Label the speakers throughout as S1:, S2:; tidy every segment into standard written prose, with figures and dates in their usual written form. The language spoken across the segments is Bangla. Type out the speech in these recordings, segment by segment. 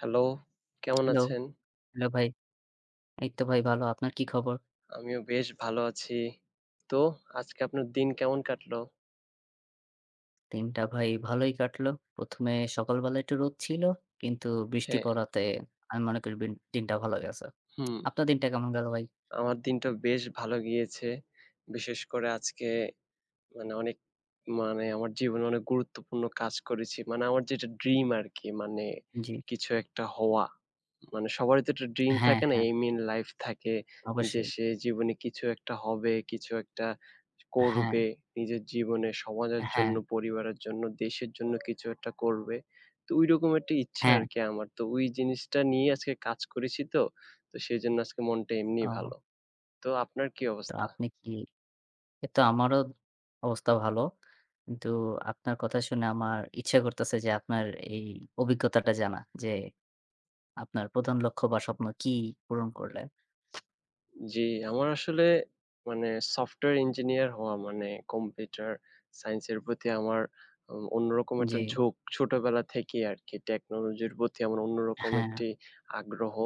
S1: হ্যালো, কেমন
S2: হ্যালো,
S1: আছেন?
S2: হ্যালো ভাই। এই তো ভাই ভালো। আপনার কি খবর?
S1: আমিও বেশ ভালো আছি। তো আজকে আপনার দিন কেমন কাটলো?
S2: দিনটা ভাই ভালোই কাটলো। প্রথম এ সকালবেলা একটু রোদ ছিল। কিন্তু বৃষ্টি
S1: হ্যাঁ,
S2: পড়াতে আমি মনে করি বিন দিনটা ভালো গেছে।
S1: হুম,
S2: আপনার দিনটা কেমন গেল ভাই?
S1: আমার দিনটা বেশ ভালো গিয়েছে। বিশেষ করে আজকে মানে অনেক মানে আমার জীবনে অনেক গুরুত্বপূর্ণ কাজ করেছি। মানে আমার যেটা ড্রিম আরকি মানে
S2: জি।
S1: কিছু একটা হওয়া। মানে সবারই তো একটা ড্রিম
S2: হ্যাঁ,
S1: থাকে না?
S2: হ্যাঁ,
S1: এইম ইন লাইফ থাকে যে
S2: অবশ্যই।
S1: সে জীবনে কিছু একটা হবে, কিছু একটা
S2: হ্যাঁ,
S1: করবে। নিজের জীবনে সমাজের
S2: হ্যাঁ,
S1: জন্য, পরিবারের জন্য, দেশের জন্য কিছু একটা করবে। তো ঐরকম একটা ইচ্ছা
S2: হ্যাঁ।
S1: আরকি আমার। তো ওই জিনিসটা নিয়ে আজকে কাজ করেছি তো। তো সেজন্য আজকে মনটা এমনিই
S2: ও
S1: ভালো। তো আপনার কি
S2: তো
S1: অবস্থা?
S2: আপনি কি এই তো আমারও অবস্থা ভালো। কিন্তু আপনার কথা শুনে আমার ইচ্ছে করতেছে যে আপনার এই অভিজ্ঞতাটা জানা। যে আপনার প্রধান লক্ষ্য বা স্বপ্ন কি পূরণ করলেন?
S1: জি, আমার আসলে মানে সফটওয়্যার ইঞ্জিনিয়ার হওয়া মানে কম্পিউটার সায়েন্স এর প্রতি আমার অন্যরকম একটা
S2: জি।
S1: ঝোঁক ছোটবেলা থেকেই আরকি। টেকনোলজির প্রতি আমার অন্যরকম
S2: হ্যাঁ,
S1: একটি আগ্রহ।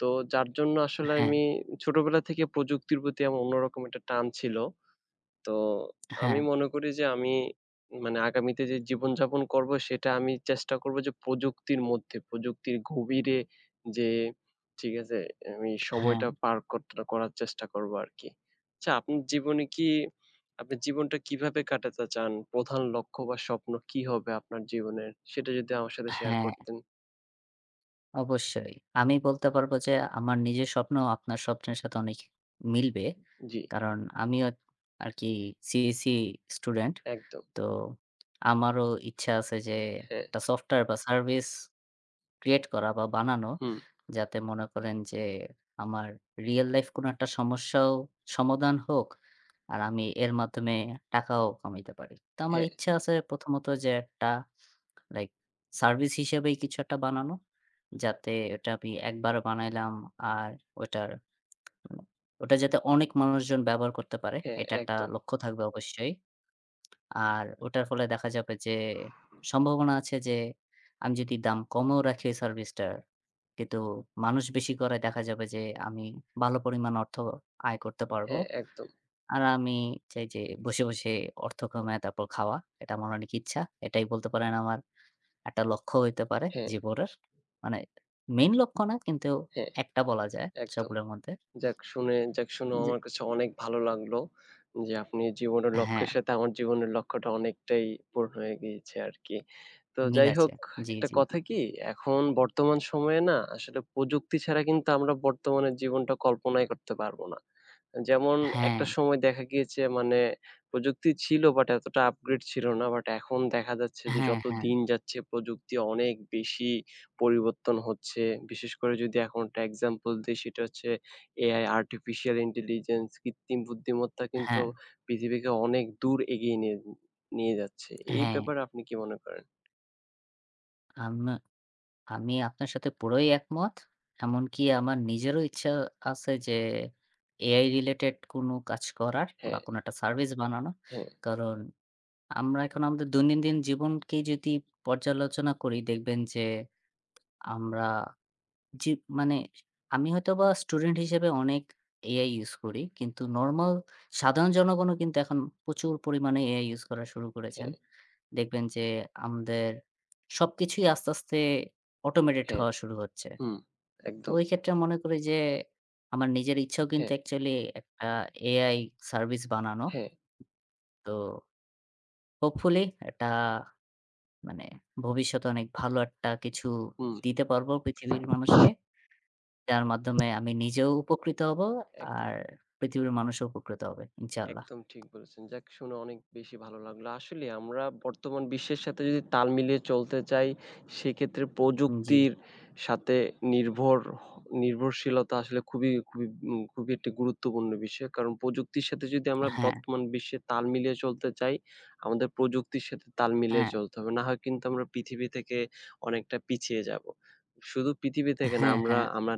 S1: তো যার জন্য আসলে
S2: হ্যাঁ,
S1: আমি ছোটবেলা থেকে প্রযুক্তির প্রতি আমার অন্যরকম একটা টান ছিল। তো আমি
S2: হ্যাঁ।
S1: মনে করি যে আমি মানে আগামীতে যে জীবনযাপন করবো সেটা আমি চেষ্টা করবো যে প্রযুক্তির মধ্যে, প্রযুক্তির গভীরে যেয়ে ঠিক আছে? আমি
S2: হ্যাঁ,
S1: সময়টা পার করতে করার চেষ্টা করবো আরকি। আচ্ছা আপনার জীবনে কি আপনার জীবনটা কিভাবে কাটাতে চান? প্রধান লক্ষ্য বা স্বপ্ন কি হবে আপনার জীবনের? সেটা যদি আমার সাথে শেয়ার
S2: হ্যাঁ,
S1: করতেন।
S2: অবশ্যই। আমি বলতে পারব যে আমার নিজের স্বপ্ন আপনার স্বপ্নের সাথে অনেক মিলবে।
S1: জি,
S2: কারণ আমিও আরকি সিইসি স্টুডেন্ট।
S1: একদম।
S2: তো আমারও ইচ্ছা আছে যে
S1: হ্যাঁ,
S2: একটা সফটওয়্যার বা সার্ভিস ক্রিয়েট করা বা বানানো।
S1: হুম,
S2: যাতে মনে করেন যে আমার রিয়াল লাইফ কোনো একটা সমস্যাও সমাধান হোক। আর আমি এর মাধ্যমে টাকাও কামাইতে পারি। তো আমার
S1: হ্যাঁ,
S2: ইচ্ছা আছে প্রথমত যে একটা লাইক সার্ভিস হিসেবেই কিছু একটা বানানো। যাতে ওটা আমি একবার বানাইলাম আর ওটার ওটা যাতে অনেক মানুষজন ব্যবহার করতে পারে
S1: হ্যাঁ,
S2: এটা একটা
S1: একদম।
S2: লক্ষ্য থাকবে অবশ্যই। আর ওটার ফলে দেখা যাবে যে সম্ভাবনা আছে যে আমি যদি দাম কমও রাখি ওই সার্ভিসটার কিন্তু মানুষ বেশি করায় দেখা যাবে যে আমি ভালো পরিমাণ অর্থ আয় করতে পারবো।
S1: হ্যাঁ, একদম।
S2: আর আমি চাই যে বসে, বসে অর্থ কমায় তারপর খাওয়া। এটা আমার অনেক ইচ্ছা। এটাই বলতে পারেন আমার একটা লক্ষ্য হইতে পারে
S1: হ্যাঁ,
S2: জীবনের। মানে মেইন লক্ষ্য না কিন্তু
S1: হ্যাঁ,
S2: একটা বলা যায়
S1: একদম।
S2: সবগুলোর মধ্যে।
S1: যাক শুনেও
S2: যে
S1: আমার কাছে অনেক ভালো লাগলো যে আপনি জীবনের
S2: হ্যাঁ,
S1: লক্ষ্যের সাথে আমার জীবনের লক্ষ্যটা অনেকটাই পূরণ হয়ে গিয়েছে আরকি। তো
S2: মিল
S1: যাই
S2: আছে।
S1: হোক
S2: জি,
S1: একটা
S2: জি, জি।
S1: কথা কি এখন বর্তমান সময়ে না আসলে প্রযুক্তি ছাড়া কিন্তু আমরা বর্তমানের জীবনটা কল্পনাই করতে পারব না। যেমন
S2: হ্যাঁ,
S1: একটা সময় দেখা গিয়েছে মানে প্রযুক্তি ছিল বাট এতটা আপগ্রেড ছিল না। বাট এখন দেখা যাচ্ছে যে
S2: হ্যাঁ,
S1: যত
S2: হ্যাঁ,
S1: দিন যাচ্ছে প্রযুক্তি অনেক বেশি পরিবর্তন হচ্ছে। বিশেষ করে যদি এখন একটা এক্সাম্পল দিই সেটা হচ্ছে এআই আর্টিফিশিয়াল ইন্টেলিজেন্স কৃত্রিম বুদ্ধিমত্তা কিন্তু
S2: হ্যাঁ,
S1: পৃথিবীকে অনেক দূর এগিয়ে নিয়ে নিয়ে যাচ্ছে। এই
S2: হ্যাঁ।
S1: ব্যাপারে আপনি কি মনে করেন?
S2: আম আমি আপনার সাথে পুরোই একমত। এমনকি আমার নিজেরও ইচ্ছা আছে যে AI রিলেটেড কোনো কাজ করার বা
S1: হ্যাঁ,
S2: কোনো একটা সার্ভিস বানানো।
S1: হ্যাঁ,
S2: কারণ আমরা এখন আমাদের দৈনন্দিন জীবনকে যদি পর্যালোচনা করি দেখবেন যে আমরা জি, মানে আমি হয়তোবা স্টুডেন্ট হিসেবে অনেক এআই ইউজ করি। কিন্তু নরমাল সাধারণ জনগণও কিন্তু এখন প্রচুর পরিমাণে এআই ইউজ করা শুরু করেছেন।
S1: হ্যাঁ,
S2: দেখবেন যে আমাদের সবকিছুই আস্তে, আস্তে অটোমেটেড
S1: হ্যাঁ,
S2: হওয়া শুরু হচ্ছে।
S1: হুম,
S2: তো
S1: একদম।
S2: ওই ক্ষেত্রে মনে করি যে আমার নিজের ইচ্ছাও কিন্তু
S1: হ্যাঁ,
S2: অ্যাকচুয়ালি একটা এআই সার্ভিস বানানো।
S1: হ্যাঁ,
S2: তো হোপফুলি এটা মানে ভবিষ্যতে অনেক ভালো একটা কিছু
S1: হুম,
S2: দিতে পারবো পৃথিবীর মানুষকে। যার মাধ্যমে আমি নিজেও উপকৃত হব
S1: একদম।
S2: আর পৃথিবীর মানুষও উপকৃত হবে ইনশাআল্লাহ।
S1: একদম ঠিক বলেছেন। যাক শুনে অনেক বেশি ভালো লাগলো। আসলে আমরা বর্তমান বিশ্বের সাথে যদি তাল মিলিয়ে চলতে চাই, সেক্ষেত্রে
S2: জি।
S1: প্রযুক্তির সাথে নির্ভর হ নির্ভরশীলতা আসলে খুবই একটি গুরুত্বপূর্ণ বিষয়। কারণ প্রযুক্তির সাথে যদি আমরা
S2: হ্যাঁ,
S1: বর্তমান বিশ্বে তাল মিলিয়ে চলতে চাই, আমাদের প্রযুক্তির সাথে তাল মিলিয়ে
S2: হ্যাঁ,
S1: চলতে হবে। না হয় কিন্তু আমরা পৃথিবী থেকে অনেকটা পিছিয়ে যাবো। শুধু পৃথিবী থেকে না
S2: হ্যাঁ,
S1: আমরা,
S2: হ্যাঁ,
S1: আমরা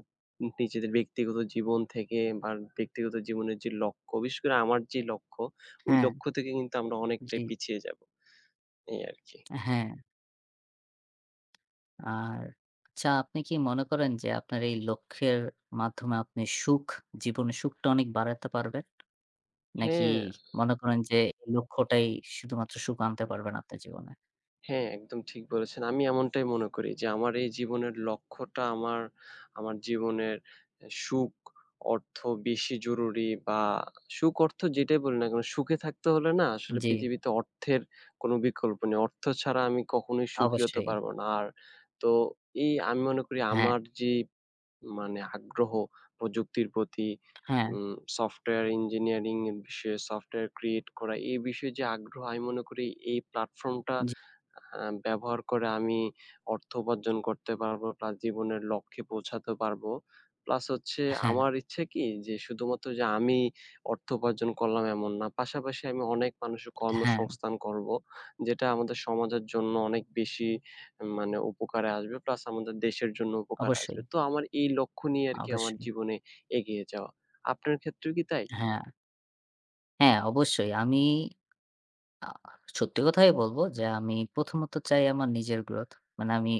S1: নিজেদের ব্যক্তিগত জীবন থেকে বা ব্যক্তিগত জীবনের যে লক্ষ্য, বিশেষ করে আমার যে লক্ষ্য, ওই
S2: হ্যাঁ,
S1: লক্ষ্য থেকে কিন্তু আমরা
S2: জি,
S1: অনেকটাই পিছিয়ে যাব। এই আরকি।
S2: হ্যাঁ। আর আচ্ছা আপনি কি মনে করেন যে আপনার এই লক্ষ্যের মাধ্যমে আপনি সুখ, জীবনে সুখটা অনেক বাড়াতে পারবেন? নাকি
S1: হ্যাঁ,
S2: মনে করেন যে এই লক্ষ্যটাই শুধুমাত্র সুখ আনতে পারবেন আপনার জীবনে?
S1: হ্যাঁ, একদম ঠিক বলেছেন। আমি এমনটাই মনে করি যে আমার এই জীবনের লক্ষ্যটা আমার, আমার জীবনের এ সুখ, অর্থ বেশি জরুরি বা সুখ, অর্থ যেটাই বলি না কেন সুখে থাকতে হলে না আসলে
S2: জি,
S1: পৃথিবীতে অর্থের কোনো বিকল্প নেই। অর্থ ছাড়া আমি কখনোই সুখী হতে
S2: অবশ্যই।
S1: পারব না। আর তো এই আমি মনে করি
S2: হ্যাঁ,
S1: আমার যে মানে আগ্রহ প্রযুক্তির প্রতি
S2: হ্যাঁ,
S1: সফটওয়্যার ইঞ্জিনিয়ারিং এর বিষয়ে সফটওয়্যার ক্রিয়েট করা এই বিষয়ে যে আগ্রহ আমি মনে করি এই প্ল্যাটফর্মটা
S2: জি,
S1: ব্যবহার করে আমি অর্থ উপার্জন করতে পারবো প্লাস জীবনের লক্ষ্যে পৌঁছাতে পারবো। প্লাস হচ্ছে
S2: হ্যাঁ,
S1: আমার ইচ্ছে কি যে শুধুমাত্র যে আমি অর্থ উপার্জন করলাম এমন না। পাশাপাশি আমি অনেক মানুষের
S2: হ্যাঁ,
S1: কর্মসংস্থান করবো যেটা আমাদের সমাজের জন্য অনেক বেশি মানে উপকারে আসবে প্লাস আমাদের দেশের জন্য উপকার
S2: অবশ্যই,
S1: আসবে। তো আমার এই লক্ষ্য নিয়ে আরকি আমার
S2: অবশ্যই।
S1: জীবনে এগিয়ে যাওয়া। আপনার ক্ষেত্রেও কি তাই?
S2: হ্যাঁ, হ্যাঁ, অবশ্যই। আমি আ সত্যি কথাই বলব যে আমি প্রথমত চাই আমার নিজের গ্রোথ। মানে আমি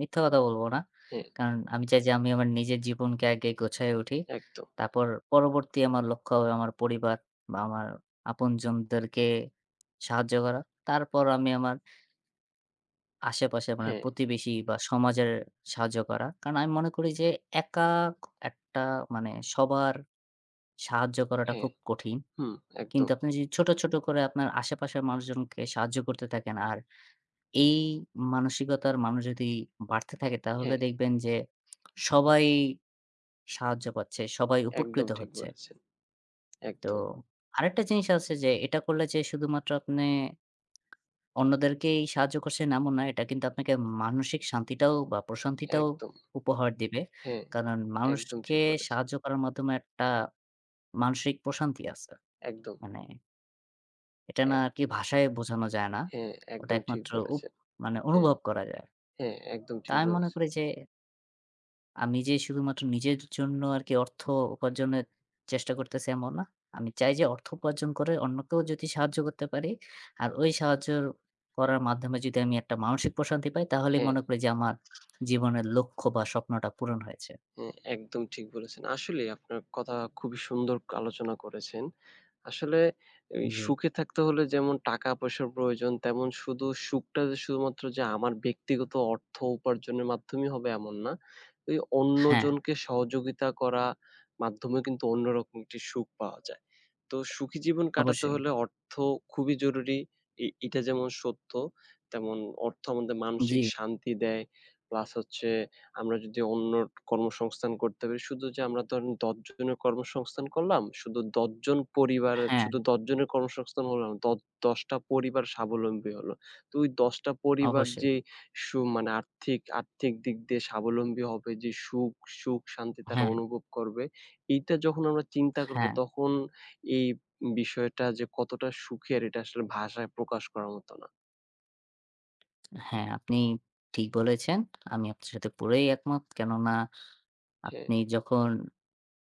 S2: মিথ্যা কথা বলব না।
S1: হ্যাঁ,
S2: কারণ আমি চাই যে আমি আমার নিজের জীবনকে আগে গোছায় উঠি।
S1: একদম।
S2: তারপর পরবর্তী আমার লক্ষ্য হবে আমার পরিবার বা আমার আপনজনদেরকে সাহায্য করা। তারপর আমি আমার আশেপাশে মানে
S1: হ্যাঁ,
S2: প্রতিবেশী বা সমাজের সাহায্য করা। কারণ আমি মনে করি যে একা একটা মানে সবার সাহায্য করাটা
S1: হ্যাঁ,
S2: খুব কঠিন।
S1: হুম,
S2: কিন্তু
S1: একদম।
S2: আপনি যদি ছোট, ছোট করে আপনার আশেপাশের মানুষজনকে সাহায্য করতে থাকেন আর এই মানসিকতার মানুষ যদি বাড়তে থাকে তাহলে
S1: হ্যাঁ,
S2: দেখবেন যে সবাই সাহায্য পাচ্ছে, সবাই
S1: একদম
S2: উপকৃত
S1: ঠিক
S2: হচ্ছে।
S1: বলেছেন।
S2: তো
S1: একদম,
S2: আরেকটা জিনিস আছে যে এটা করলে যে শুধুমাত্র আপনি অন্যদেরকেই সাহায্য করছেন এমন না। এটা কিন্তু আপনাকে মানসিক শান্তিটাও বা প্রশান্তিটাও
S1: একদম।
S2: উপহার দিবে।
S1: হ্যাঁ,
S2: কারণ
S1: একদম
S2: মানুষকে
S1: ঠিক বলেছেন।
S2: সাহায্য করার মাধ্যমে একটা মানসিক প্রশান্তি আছে।
S1: একদম,
S2: মানে এটা না
S1: এক
S2: আরকি ভাষায় বোঝানো যায় না।
S1: হ্যাঁ,
S2: ওটা
S1: একদম ঠিক
S2: একমাত্র
S1: বলেছেন।
S2: মানে
S1: হ্যাঁ,
S2: অনুভব করা যায়।
S1: হ্যাঁ, একদম
S2: তা
S1: ঠিক
S2: আমি মনে
S1: বলেছেন।
S2: করি যে আমি যে শুধুমাত্র নিজের জন্য আরকি অর্থ উপার্জনের চেষ্টা করতেছি এমন না। আমি চাই যে অর্থ উপার্জন করে অন্যকেও যদি সাহায্য করতে পারি, আর ওই সাহায্য করার মাধ্যমে যদি আমি একটা মানসিক প্রশান্তি পাই তাহলেই
S1: হ্যাঁ,
S2: মনে করি যে আমার জীবনের লক্ষ্য বা স্বপ্নটা পূরণ হয়েছে।
S1: হ্যাঁ, একদম ঠিক বলেছেন। আসলেই আপনার কথা খুবই সুন্দর আলোচনা করেছেন। আসলে এই
S2: জি।
S1: সুখে থাকতে হলে যেমন টাকা-পয়সার প্রয়োজন, তেমন শুধু সুখটা যে শুধুমাত্র যে আমার ব্যক্তিগত অর্থ উপার্জনের মাধ্যমেই হবে এমন না। ওই
S2: হ্যাঁ,
S1: অন্যজনকে সহযোগিতা করা মাধ্যমে কিন্তু অন্যরকম একটি সুখ পাওয়া যায়। তো সুখী জীবন কাটাতে
S2: অবশ্যই।
S1: হলে অর্থ খুবই জরুরি। এটা যেমন সত্য, তেমন অর্থ আমাদের
S2: জি।
S1: মানসিক শান্তি দেয়, প্লাস হচ্ছে আমরা যদি অন্যর কর্মসংস্থান করতে পারি, শুধু যে আমরা ধরেন ১০ জনের কর্মসংস্থান করলাম, শুধু ১০ জন পরিবার
S2: হ্যাঁ,
S1: শুধু ১০ জনের কর্মসংস্থান হলো না। ১০ টা পরিবার স্বাবলম্বী হলো। তো ওই ১০ টা পরিবার
S2: অবশ্যই।
S1: যে মানে আর্থিক আর্থিক দিক দিয়ে স্বাবলম্বী হবে, যে সুখ সুখ শান্তি তারা
S2: হ্যাঁ,
S1: অনুভব করবে, এইটা যখন আমরা চিন্তা করব
S2: হ্যাঁ,
S1: তখন এই বিষয়টা যে কতটা সুখের এটা আসলে ভাষায় প্রকাশ করার মতো না।
S2: হ্যাঁ, আপনি ঠিক বলেছেন। আমি আপনার সাথে পুরাই একমত। কেননা
S1: হ্যাঁ,
S2: আপনি যখন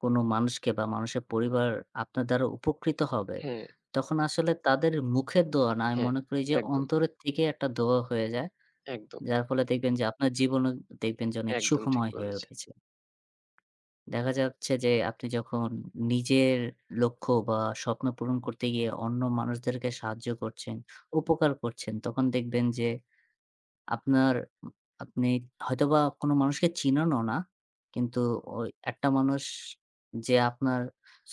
S2: কোনো মানুষকে বা মানুষের পরিবার আপনার দ্বারা উপকৃত হবে,
S1: হ্যাঁ,
S2: তখন আসলে তাদের মুখের দোয়া না, আমি
S1: হ্যাঁ।
S2: মনে করি যে
S1: একদম,
S2: অন্তরের থেকে একটা দোয়া হয়ে যায়।
S1: একদম,
S2: যার ফলে দেখবেন যে আপনার জীবনও দেখবেন যে অনেক
S1: একদম ঠিক
S2: সুখময় হয়ে
S1: বলেছেন।
S2: উঠেছে। দেখা যাচ্ছে যে আপনি যখন নিজের লক্ষ্য বা স্বপ্ন পূরণ করতে গিয়ে অন্য মানুষদেরকে সাহায্য করছেন, উপকার করছেন, তখন দেখবেন যে আপনার আপনি হয়তোবা কোনো মানুষকে চিনেনও না। কিন্তু ওই একটা মানুষ যে আপনার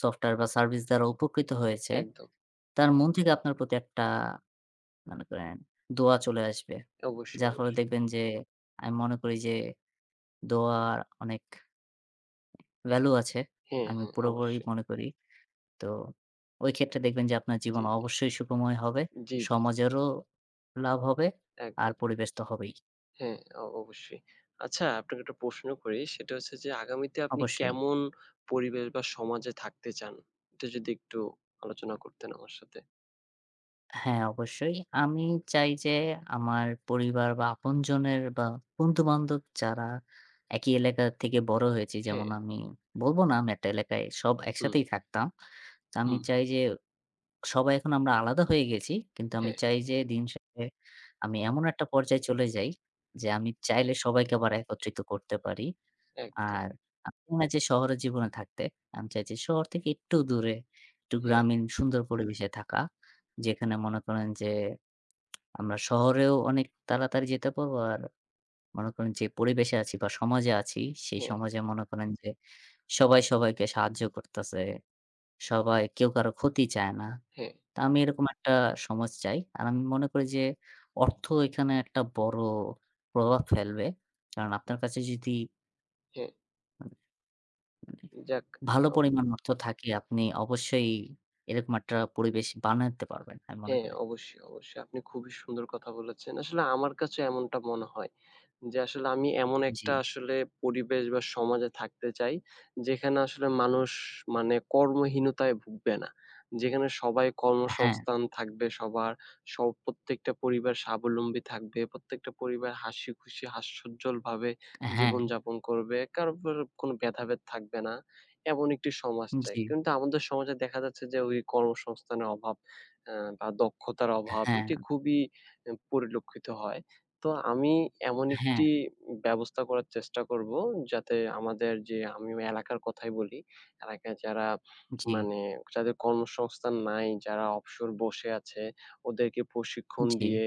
S2: সফটওয়্যার বা সার্ভিস দ্বারা উপকৃত হয়েছে,
S1: একদম।
S2: তার মন থেকে আপনার প্রতি একটা মনে করেন দোয়া চলে আসবে।
S1: অবশ্যই,
S2: যার ফলে
S1: অবশ্যই।
S2: দেখবেন যে আমি মনে করি যে দোয়ার অনেক ভ্যালু আছে।
S1: হ্যাঁ,
S2: আমি
S1: হ্যাঁ,
S2: পুরোপুরি
S1: অবশ্যই।
S2: মনে করি। তো ওই ক্ষেত্রে দেখবেন যে আপনার জীবন
S1: জি, জি।
S2: অবশ্যই সুখময় হবে।
S1: জি, জি, জি।
S2: সমাজেরও লাভ হবে। আর
S1: একদম।
S2: পরিবেশ তো হবেই।
S1: হ্যাঁ, অবশ্যই। আচ্ছা আপনাকে একটা প্রশ্ন করি। সেটা হচ্ছে যে আগামীতে আপনি
S2: অবশ্যই।
S1: কেমন পরিবেশ বা সমাজে থাকতে চান? এটা যদি একটু আলোচনা করতেন আমার সাথে।
S2: হ্যাঁ, অবশ্যই। আমি চাই যে আমার পরিবার বা আপনজনের বা বন্ধু-বান্ধব যারা একই এলাকা থেকে বড় হয়েছি, যেমন
S1: হ্যাঁ,
S2: আমি বলব না আমি একটা এলাকায় সব
S1: হুম,
S2: একসাথেই থাকতাম। তো আমি
S1: হুম,
S2: চাই যে সবাই এখন আমরা আলাদা হয়ে গেছি। কিন্তু আমি
S1: হ্যাঁ,
S2: চাই যে দিন শেষে আমি এমন একটা পর্যায়ে চলে যাই যে আমি চাইলে সবাইকে আবার একত্রিত করতে পারি।
S1: একদম।
S2: আর আমি না যে শহরের জীবনে থাকতে। আমি চাই যে শহর থেকে একটু দূরে, একটু
S1: হ্যাঁ,
S2: গ্রামীণ সুন্দর পরিবেশে থাকা। যেখানে মনে করেন যে আমরা শহরেও অনেক তাড়াতাড়ি যেতে পারবো। আর মনে করেন যে পরিবেশে আছি বা সমাজে আছি, সেই
S1: হ্যাঁ,
S2: সমাজে মনে করেন যে সবাই সবাইকে সাহায্য করতেছে। সবাই কেউ কারো ক্ষতি চায় না।
S1: হ্যাঁ,
S2: তো আমি এরকম একটা সমাজ চাই। আর আমি মনে করি যে অর্থ এখানে একটা বড় প্রভাব ফেলবে। কারণ আপনার কাছে যদি
S1: হ্যাঁ। যাক,
S2: ভালো
S1: আম
S2: পরিমাণ অর্থ থাকে আপনি অবশ্যই এরকম একটা পরিবেশ বানাতে পারবেন। আমি মনে
S1: হ্যাঁ,
S2: করি।
S1: অবশ্যই, অবশ্যই। আপনি খুবই সুন্দর কথা বলেছেন। আসলে আমার কাছেও এমনটা মনে হয়। যে আসলে আমি এমন
S2: জি।
S1: একটা আসলে পরিবেশ বা সমাজে থাকতে চাই, যেখানে আসলে মানুষ মানে কর্মহীনতায় ভুগবে না। যেখানে সবাই
S2: হ্যাঁ,
S1: কর্মসংস্থান থাকবে সবার, প্রত্যেকটা পরিবার স্বাবলম্বী থাকবে। প্রত্যেকটা পরিবার হাসিখুশি, হাস্যোজ্জ্বলভাবে
S2: হ্যাঁ,
S1: জীবনযাপন করবে। কারো উপর কোনো ভেদাভেদ থাকবে না। এমন একটি সমাজ চাই।
S2: জি,
S1: কিন্তু আমাদের সমাজে দেখা যাচ্ছে যে ওই কর্মসংস্থানের অভাব, বা দক্ষতার অভাব
S2: হ্যাঁ,
S1: এটি খুবই পরিলক্ষিত হয়। তো আমি এমন
S2: হ্যাঁ,
S1: একটি ব্যবস্থা করার চেষ্টা করব, যাতে আমাদের যে আমি এলাকার কথাই বলি। এলাকায় যারা
S2: জি।
S1: মানে যাদের কর্মসংস্থান নাই, যারা অবসর বসে আছে, ওদেরকে প্রশিক্ষণ
S2: জি,
S1: দিয়ে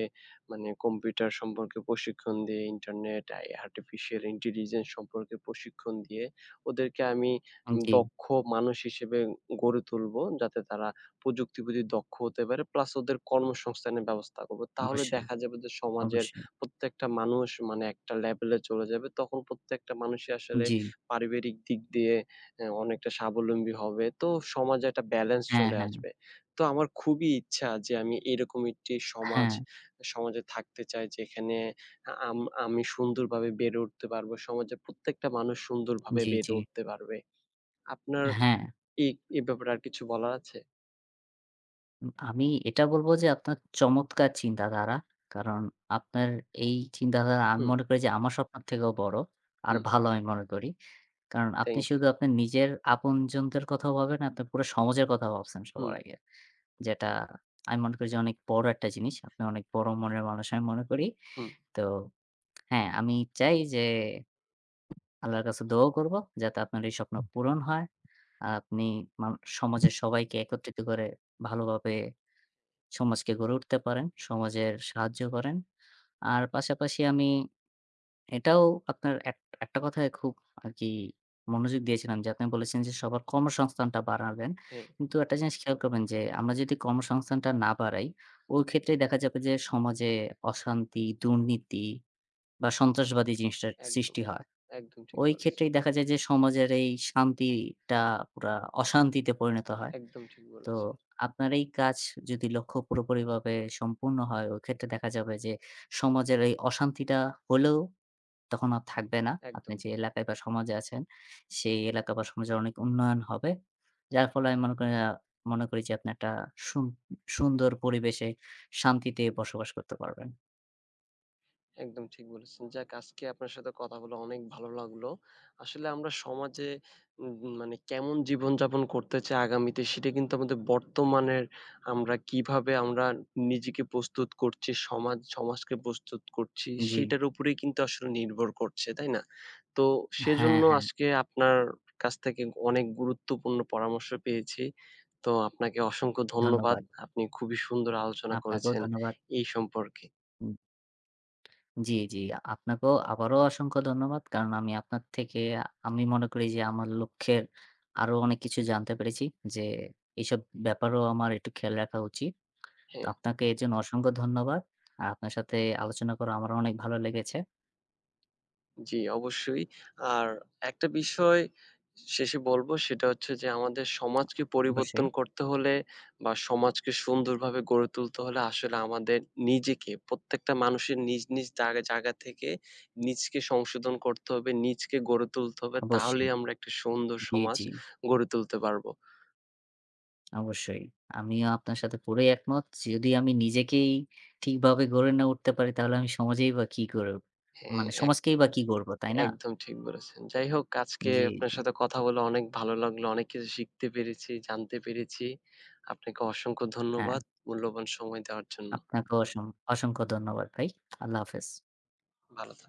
S1: মানে কম্পিউটার সম্পর্কে প্রশিক্ষণ দিয়ে, ইন্টারনেট, আর্টিফিশিয়াল ইন্টেলিজেন্স সম্পর্কে প্রশিক্ষণ দিয়ে ওদেরকে আমি
S2: জি,
S1: দক্ষ মানুষ হিসেবে গড়ে তুলব। যাতে তারা প্রযুক্তিবিদ দক্ষ হতে পারে। প্লাস ওদের কর্মসংস্থানের ব্যবস্থা করব। তাহলে
S2: অবশ্যই,
S1: দেখা যাবে যে সমাজের
S2: অবশ্যই।
S1: প্রত্যেকটা মানুষ মানে একটা লেভেলে চলে যাবে। তখন প্রত্যেকটা মানুষই আসলে
S2: জি,
S1: পারিবারিক দিক দিয়ে অনেকটা স্বাবলম্বী হবে। তো সমাজে একটা ব্যালেন্স
S2: হ্যাঁ,
S1: চলে
S2: হ্যাঁ,
S1: আসবে। তো আমার খুবই ইচ্ছা যে আমি এরকম একটি
S2: হ্যাঁ,
S1: সমাজে থাকতে চাই যেখানে আ আম আমি সুন্দরভাবে বেড়ে উঠতে পারবো। সমাজের প্রত্যেকটা মানুষ সুন্দরভাবে
S2: জি, জি,
S1: বেড়ে উঠতে পারবে। আপনার
S2: হ্যাঁ।
S1: এই এ ব্যাপারে আর কিছু বলার আছে?
S2: আমি এটা বলব যে আপনার চমৎকার চিন্তাধারা। কারণ আপনার এই চিন্তাধারা আমি
S1: হুম,
S2: মনে করি যে আমার স্বপ্নের থেকেও বড়। আর
S1: হুম।
S2: ভালো আমি মনে করি। কারণ আপনি
S1: থ্যাংক ইউ।
S2: শুধু আপনার নিজের আপনজনদের কথাও ভাবেন না, আপনি পুরো সমাজের কথা ভাবছেন সবার
S1: হুম,
S2: আগে। যেটা আমি মনে করি যে অনেক বড় একটা জিনিস। আপনি অনেক বড় মনের মানুষ আমি মনে করি।
S1: হুম।
S2: তো হ্যাঁ, আমি চাই যে আল্লাহর কাছে দোয়াও করব যাতে আপনার এই স্বপ্ন পূরণ হয়। আর আপনি মান সমাজের সবাইকে একত্রিত করে ভালোভাবে সমাজকে গড়ে উঠতে পারেন, সমাজের সাহায্য করেন। আর পাশাপাশি আমি এটাও আপনার একটা কথায় খুব আরকি মনোযোগ দিয়েছিলাম যে আপনি বলেছেন যে সবার কর্মসংস্থানটা বাড়াবেন।
S1: হ্যাঁ,
S2: কিন্তু একটা জিনিস খেয়াল করবেন যে আমরা যদি কর্মসংস্থানটা না বাড়াই, ওই ক্ষেত্রে দেখা যাবে যে সমাজে অশান্তি, দুর্নীতি বা সন্ত্রাসবাদী জিনিসটার
S1: একদম।
S2: সৃষ্টি হয়।
S1: একদম ঠিক
S2: ওই
S1: বলেছেন।
S2: ক্ষেত্রেই দেখা যায় যে সমাজের এই শান্তিটা পুরা অশান্তিতে পরিণত হয়।
S1: একদম ঠিক
S2: তো
S1: বলেছেন।
S2: আপনার এই কাজ যদি লক্ষ্য পুরোপুরিভাবে সম্পূর্ণ হয়, ওই ক্ষেত্রে দেখা যাবে যে সমাজের এই অশান্তিটা হলেও তখন আর থাকবে না। আপনি
S1: একদম,
S2: যে এলাকায় বা সমাজে আছেন, সেই এলাকা বা সমাজের অনেক উন্নয়ন হবে। যার ফলে আমি মনে করি মনে করি যে আপনি একটা সুন সুন্দর পরিবেশে শান্তিতে বসবাস করতে পারবেন।
S1: একদম ঠিক বলেছেন। যাক আজকে আপনার সাথে কথা বলে অনেক ভালো লাগলো। আসলে আমরা সমাজে উম মানে কেমন জীবনযাপন করতে চাই আগামীতে সেটা কিন্তু আমাদের বর্তমানের আমরা কিভাবে আমরা নিজেকে প্রস্তুত করছি, সমাজকে প্রস্তুত করছি
S2: জি।
S1: সেটার উপরেই কিন্তু আসলে নির্ভর করছে, তাই না? তো
S2: হ্যাঁ,
S1: সেজন্য
S2: হ্যাঁ।
S1: আজকে আপনার কাছ থেকে অনেক গুরুত্বপূর্ণ পরামর্শ পেয়েছি। তো আপনাকে অসংখ্য ধন্যবাদ।
S2: ধন্যবাদ।
S1: আপনি খুবই সুন্দর আলোচনা
S2: আপনাকেও
S1: করেছেন
S2: ধন্যবাদ।
S1: এই সম্পর্কে।
S2: জি, জি। আপনাকেও আবারও অসংখ্য ধন্যবাদ। কারণ আমি আপনার থেকে আমি মনে করি যে আমার লক্ষ্যের আরো অনেক কিছু জানতে পেরেছি। যে এইসব ব্যাপারেও আমার একটু খেয়াল রাখা উচিত। তো
S1: হ্যাঁ।
S2: আপনাকে এর জন্য অসংখ্য ধন্যবাদ। আর আপনার সাথে আলোচনা করা আমারও অনেক ভালো লেগেছে।
S1: জি, অবশ্যই। আর একটা বিষয় শেষে বলব সেটা হচ্ছে যে আমাদের সমাজকে
S2: অবশ্যই।
S1: পরিবর্তন করতে হলে বা সমাজকে সুন্দরভাবে গড়ে তুলতে হলে আসলে আমাদের নিজেকে প্রত্যেকটা মানুষের নিজ জায়গা জায়গা থেকে নিজকে সংশোধন করতে হবে, নিজকে গড়ে তুলতে হবে।
S2: অবশ্যই।
S1: তাহলেই আমরা একটা সুন্দর
S2: জি,
S1: সমাজ
S2: জি।
S1: গড়ে তুলতে পারব।
S2: অবশ্যই। আমিও আপনার সাথে পুরাই একমত। যদি আমি নিজেকেই ঠিকভাবে গড়ে না উঠতে পারি তাহলে আমি সমাজেই বা কি করে উঠব?
S1: হ্যাঁ,
S2: মানে
S1: এক
S2: সমাজকেই বা কি গড়ব, তাই না?
S1: একদম ঠিক বলেছেন। যাই হোক আজকে
S2: জি,
S1: আপনার
S2: জি।
S1: সাথে কথা বলে অনেক ভালো লাগলো। অনেক কিছু শিখতে পেরেছি, জানতে পেরেছি। আপনাকে অসংখ্য
S2: হ্যাঁ।
S1: ধন্যবাদ মূল্যবান সময় দেওয়ার জন্য।
S2: আপনাকেও অসংখ্য ধন্যবাদ ভাই। আল্লাহ হাফেজ।
S1: ভালো থাক